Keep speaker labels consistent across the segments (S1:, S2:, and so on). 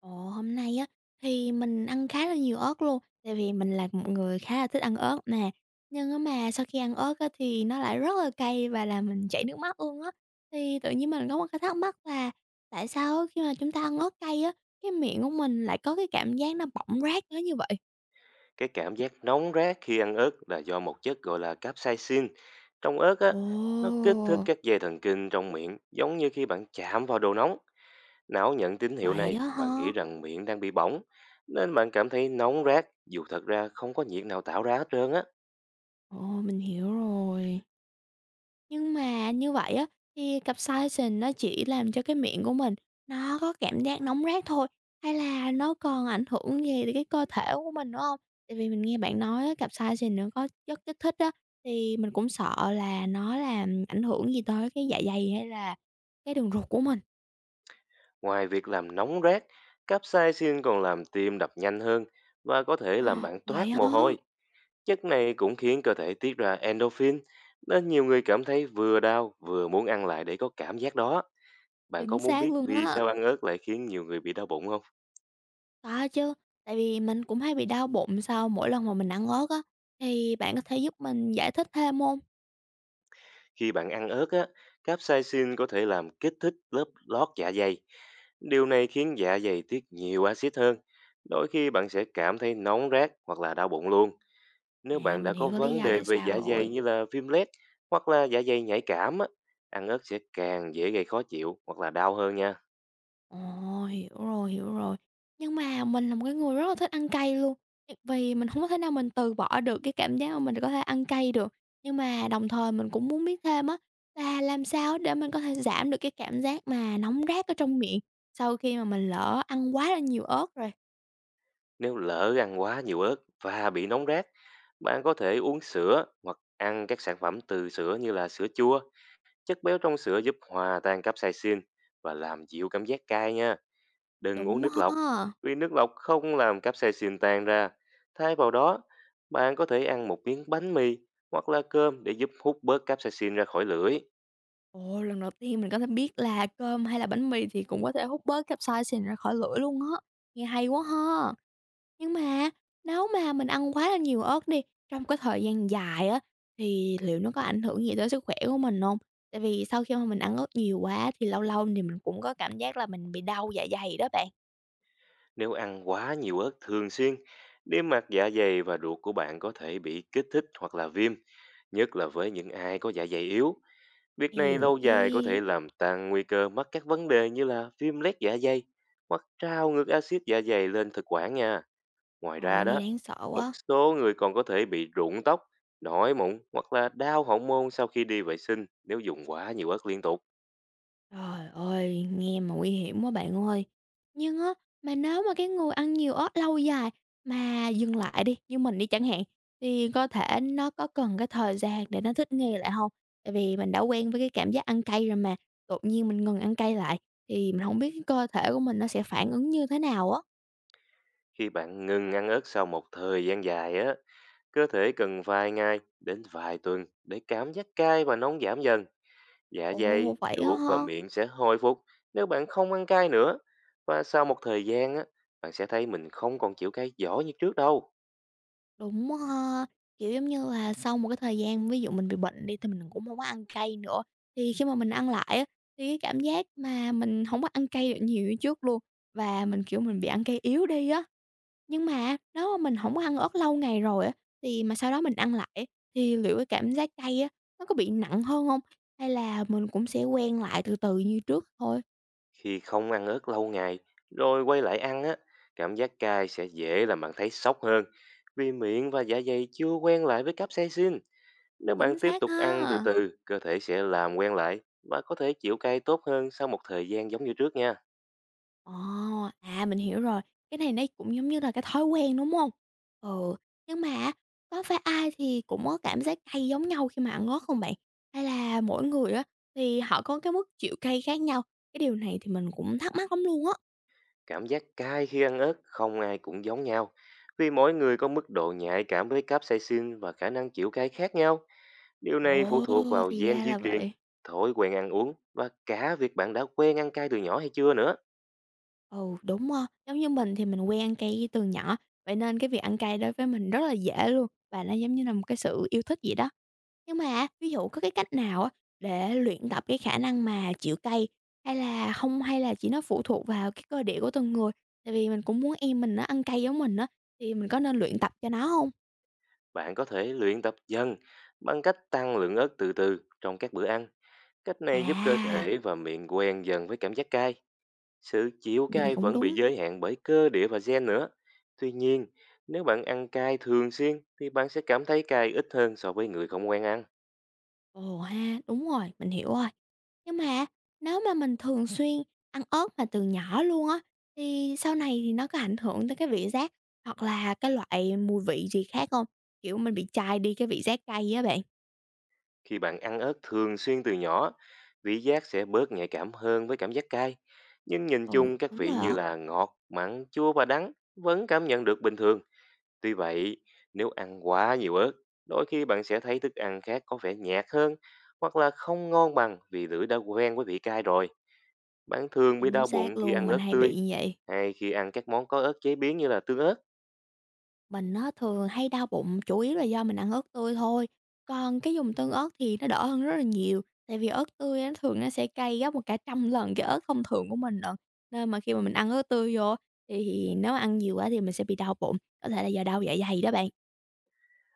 S1: Ồ, hôm nay á, thì mình ăn khá là nhiều ớt luôn, tại vì mình là một người khá là thích ăn ớt nè. Nhưng á mà sau khi ăn ớt á, thì nó lại rất là cay và làm mình chảy nước mắt luôn á. Thì tự nhiên mình có một cái thắc mắc là tại sao á, khi mà chúng ta ăn ớt cay á, cái miệng của mình lại có cái cảm giác nó bỏng rát nữa như vậy?
S2: Cái cảm giác nóng rát khi ăn ớt là do một chất gọi là capsaicin. Trong ớt á,
S1: Ồ!
S2: nó kích thích các dây thần kinh trong miệng giống như khi bạn chạm vào đồ nóng. Não nhận tín hiệu
S1: Vậy
S2: này
S1: á
S2: và nghĩ
S1: hả?
S2: rằng miệng đang bị bỏng. Nên bạn cảm thấy nóng rát dù thật ra không có nhiệt nào tạo ra hết trơn á.
S1: Ồ, mình hiểu rồi. Nhưng mà như vậy á, thì capsaicin nó chỉ làm cho cái miệng của mình nó có cảm giác nóng rát thôi, hay là nó còn ảnh hưởng gì đến cái cơ thể của mình nữa không? Tại vì mình nghe bạn nói á, capsaicin nó có chất kích thích á, thì mình cũng sợ là nó làm ảnh hưởng gì tới cái dạ dày hay là cái đường ruột của mình.
S2: Ngoài việc làm nóng rát, capsaicin còn làm tim đập nhanh hơn và có thể làm
S1: Ờ,
S2: bạn
S1: vậy
S2: toát
S1: hả?
S2: mồ hôi. Chất này cũng khiến cơ thể tiết ra endorphin nên nhiều người cảm thấy vừa đau vừa muốn ăn lại để có cảm giác đó. Bạn có
S1: Chính
S2: muốn
S1: xác
S2: biết
S1: luôn
S2: vì
S1: á.
S2: sao ăn ớt lại khiến nhiều người bị đau bụng không?
S1: Có chứ, tại vì mình cũng hay bị đau bụng sau mỗi lần mà mình ăn ớt á, thì bạn có thể giúp mình giải thích thêm không?
S2: Khi bạn ăn ớt á, capsaicin có thể làm kích thích lớp lót dạ dày. Điều này khiến dạ dày tiết nhiều axit hơn. Đôi khi bạn sẽ cảm thấy nóng rát hoặc là đau bụng luôn. Nếu
S1: À,
S2: bạn đã
S1: mình
S2: có
S1: hiểu cái lý
S2: vấn
S1: do
S2: đề
S1: tại
S2: về
S1: sao
S2: dạ dày
S1: rồi.
S2: như là viêm loét hoặc là dạ dày nhạy cảm á, ăn ớt sẽ càng dễ gây khó chịu hoặc là đau hơn nha.
S1: Ồ, hiểu rồi, hiểu rồi. Nhưng mà mình là một cái người rất là thích ăn cay luôn, vì mình không có thể nào mình từ bỏ được cái cảm giác mà mình có thể ăn cay được. Nhưng mà đồng thời mình cũng muốn biết thêm á, là làm sao để mình có thể giảm được cái cảm giác mà nóng rát ở trong miệng sau khi mà mình lỡ ăn quá là nhiều ớt rồi?
S2: Nếu lỡ ăn quá nhiều ớt và bị nóng rát, bạn có thể uống sữa hoặc ăn các sản phẩm từ sữa như là sữa chua. Chất béo trong sữa giúp hòa tan capsaicin và làm dịu cảm giác cay nha. Đừng uống
S1: Đúng
S2: nước lọc,
S1: ha.
S2: vì nước lọc không làm capsaicin tan ra. Thay vào đó, bạn có thể ăn một miếng bánh mì hoặc là cơm để giúp hút bớt capsaicin ra khỏi lưỡi.
S1: Ồ, lần đầu tiên mình có thể biết là cơm hay là bánh mì thì cũng có thể hút bớt capsaicin ra khỏi lưỡi luôn á. Nghe hay quá ha! Nhưng mà nếu mà mình ăn quá là nhiều ớt đi, trong cái thời gian dài á, thì liệu nó có ảnh hưởng gì tới sức khỏe của mình không? Tại vì sau khi mà mình ăn ớt nhiều quá thì lâu lâu thì mình cũng có cảm giác là mình bị đau dạ dày đó bạn.
S2: Nếu ăn quá nhiều ớt thường xuyên, niêm mạc dạ dày và ruột của bạn có thể bị kích thích hoặc là viêm, nhất là với những ai có dạ dày yếu. Việc này
S1: Hèn
S2: lâu
S1: chi!
S2: dài có thể làm tăng nguy cơ mắc các vấn đề như là viêm loét dạ dày hoặc trao ngược axit dạ dày lên thực quản nha. Ngoài
S1: Ồ,
S2: ra
S1: nghe
S2: đó,
S1: đáng sợ
S2: một
S1: quá!
S2: số người còn có thể bị rụng tóc, nổi mụn hoặc là đau hậu môn sau khi đi vệ sinh nếu dùng quá nhiều ớt liên tục.
S1: Trời ơi, nghe mà nguy hiểm quá bạn ơi. Nhưng á, mà nếu mà cái người ăn nhiều ớt lâu dài mà dừng lại đi, như mình đi chẳng hạn, thì có thể nó có cần cái thời gian để nó thích nghi lại không? Tại vì mình đã quen với cái cảm giác ăn cay rồi mà, đột nhiên mình ngừng ăn cay lại thì mình không biết cái cơ thể của mình nó sẽ phản ứng như thế nào á.
S2: Khi bạn ngừng ăn ớt sau một thời gian dài á, cơ thể cần vài ngày đến vài tuần để cảm giác cay và nóng giảm dần. Dạ
S1: Ồ,
S2: dày,
S1: vậy á
S2: ruột và
S1: ha?
S2: miệng sẽ hồi phục nếu bạn không ăn cay nữa. Và sau một thời gian á, bạn sẽ thấy mình không còn chịu cay giỏi như trước đâu.
S1: Đúng ha. Kiểu, giống như là, sau một cái thời gian ví dụ mình bị bệnh đi thì mình cũng không có ăn cay nữa, thì khi mà mình ăn lại á, thì cái cảm giác mà mình không có ăn cay được nhiều như trước luôn, và mình, kiểu, mình bị ăn cay yếu đi á. Nhưng mà nếu mà mình không có ăn ớt lâu ngày rồi á, thì mà sau đó mình ăn lại thì liệu cái cảm giác cay á, nó có bị nặng hơn không? Hay là mình cũng sẽ quen lại từ từ như trước thôi?
S2: Khi không ăn ớt lâu ngày rồi quay lại ăn á, cảm giác cay sẽ dễ làm bạn thấy sốc hơn. Vì miệng và dạ dày chưa quen lại với capsaicin. Nếu bạn
S1: Chính
S2: tiếp
S1: xác
S2: tục ăn từ
S1: ha.
S2: từ, cơ thể sẽ làm quen lại và có thể chịu cay tốt hơn sau một thời gian giống như trước nha.
S1: Ờ, à, mình hiểu rồi, cái này nó cũng giống như là cái thói quen, đúng không? Ừ, nhưng mà á, có phải ai thì cũng có cảm giác cay giống nhau khi mà ăn ớt không bạn? Hay là mỗi người á, thì họ có cái mức chịu cay khác nhau? Cái điều này thì mình cũng thắc mắc lắm luôn á.
S2: Cảm giác cay khi ăn ớt không ai cũng giống nhau, vì mỗi người có mức độ nhạy cảm với capsaicin và khả năng chịu cay khác nhau. Điều này phụ
S1: Ồ,
S2: thuộc vào
S1: thì
S2: gen
S1: ra
S2: di
S1: là
S2: truyền,
S1: vậy.
S2: thói quen ăn uống và cả việc bạn đã quen ăn cay từ nhỏ hay chưa nữa.
S1: Ừ, đúng ha, giống như mình thì mình quen ăn cay từ nhỏ, vậy nên cái việc ăn cay đối với mình rất là dễ luôn, và nó giống như là một cái sự yêu thích vậy đó. Nhưng mà ví dụ có cái cách nào á để luyện tập cái khả năng mà chịu cay, hay là không? Hay là chỉ nó phụ thuộc vào cái cơ địa của từng người? Tại vì mình cũng muốn em mình nó ăn cay giống mình á, thì mình có nên luyện tập cho nó không?
S2: Bạn có thể luyện tập dần bằng cách tăng lượng ớt từ từ trong các bữa ăn. Cách này giúp cơ
S1: À,
S2: thể và miệng quen dần với cảm giác cay. Sự chịu
S1: nghe
S2: cay
S1: cũng
S2: vẫn bị
S1: đúng.
S2: giới hạn bởi cơ địa và gen nữa. Tuy nhiên, nếu bạn ăn cay thường xuyên thì bạn sẽ cảm thấy cay ít hơn so với người không quen ăn.
S1: Ồ ha, đúng rồi, mình hiểu rồi. Nhưng mà nếu mà mình thường xuyên ăn ớt mà từ nhỏ luôn á, thì sau này thì nó có ảnh hưởng tới cái vị giác hoặc là cái loại mùi vị gì khác không? Kiểu, mình bị chai đi cái vị giác cay á bạn.
S2: Khi bạn ăn ớt thường xuyên từ nhỏ, vị giác sẽ bớt nhạy cảm hơn với cảm giác cay. Nhưng nhìn
S1: Ừ,
S2: chung các
S1: đúng
S2: vị
S1: rồi
S2: như
S1: á.
S2: là ngọt, mặn, chua và đắng vẫn cảm nhận được bình thường. Tuy vậy, nếu ăn quá nhiều ớt, đôi khi bạn sẽ thấy thức ăn khác có vẻ nhạt hơn hoặc là không ngon bằng vì lưỡi đã quen với vị cay rồi. Bạn thường bị
S1: Chính
S2: đau
S1: xác
S2: bụng khi
S1: luôn,
S2: ăn
S1: mình
S2: ớt
S1: hay bị
S2: tươi
S1: như vậy.
S2: hay khi ăn các món có ớt chế biến như là tương ớt.
S1: Mình nó thường hay đau bụng chủ yếu là do mình ăn ớt tươi thôi, còn cái dùng tương ớt thì nó đỡ hơn rất là nhiều, tại vì ớt tươi á, thường nó sẽ cay gấp một cả trăm lần cái ớt thông thường của mình lận. Nên mà khi mà mình ăn ớt tươi vô thì nếu mà ăn nhiều quá thì mình sẽ bị đau bụng, có thể là do đau dạ dày đó bạn.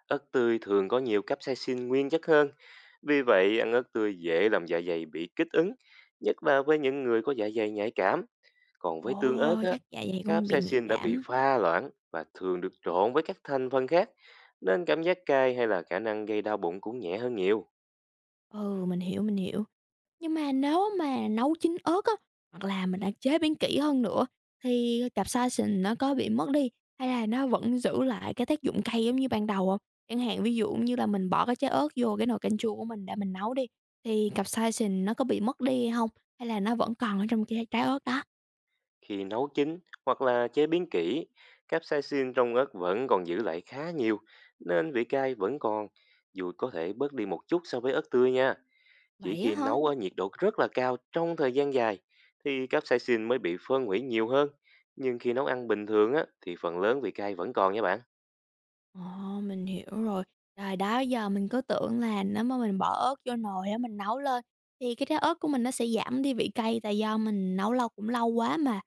S2: Ớt tươi thường có nhiều capsaicin nguyên chất hơn, vì vậy ăn ớt tươi dễ làm dạ dày bị kích ứng, nhất là với những người có dạ dày nhạy cảm. Còn
S1: Ồ,
S2: với tương ớt á,
S1: chắc dạ dày của mình bị nhạy
S2: capsaicin đã bị
S1: cảm.
S2: pha loãng và thường được trộn với các thành phần khác, nên cảm giác cay hay là khả năng gây đau bụng cũng nhẹ hơn nhiều.
S1: Ừ, mình hiểu, mình hiểu. Nhưng mà nếu mà nấu chín ớt á, hoặc là mình đã chế biến kỹ hơn nữa thì capsaicin nó có bị mất đi, hay là nó vẫn giữ lại cái tác dụng cay giống như ban đầu không? Chẳng hạn ví dụ như là mình bỏ cái trái ớt vô cái nồi canh chua của mình để mình nấu đi, thì capsaicin nó có bị mất đi hay không? Hay là nó vẫn còn ở trong cái trái ớt đó?
S2: Khi nấu chín hoặc là chế biến kỹ, capsaicin trong ớt vẫn còn giữ lại khá nhiều, nên vị cay vẫn còn, dù có thể bớt đi một chút so với ớt tươi nha. Chỉ
S1: Vậy á
S2: khi
S1: hả?
S2: nấu ở nhiệt độ rất là cao trong thời gian dài, thì capsaicin mới bị phân hủy nhiều hơn. Nhưng khi nấu ăn bình thường á, thì phần lớn vị cay vẫn còn nha bạn.
S1: Ồ, mình hiểu rồi. Rồi đó giờ mình cứ tưởng là nếu mà mình bỏ ớt vô nồi á, mình nấu lên thì cái trái ớt của mình nó sẽ giảm đi vị cay, tại do mình nấu lâu cũng lâu quá mà.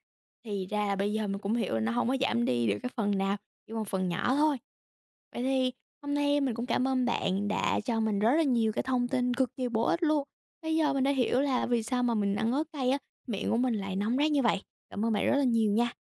S1: Thì ra là bây giờ mình cũng hiểu là nó không có giảm đi được cái phần nào, chỉ một phần nhỏ thôi. Vậy thì hôm nay mình cũng cảm ơn bạn đã cho mình rất là nhiều cái thông tin cực kỳ bổ ích luôn. Bây giờ mình đã hiểu là vì sao mà mình ăn ớt cay á, miệng của mình lại nóng rát như vậy. Cảm ơn bạn rất là nhiều nha.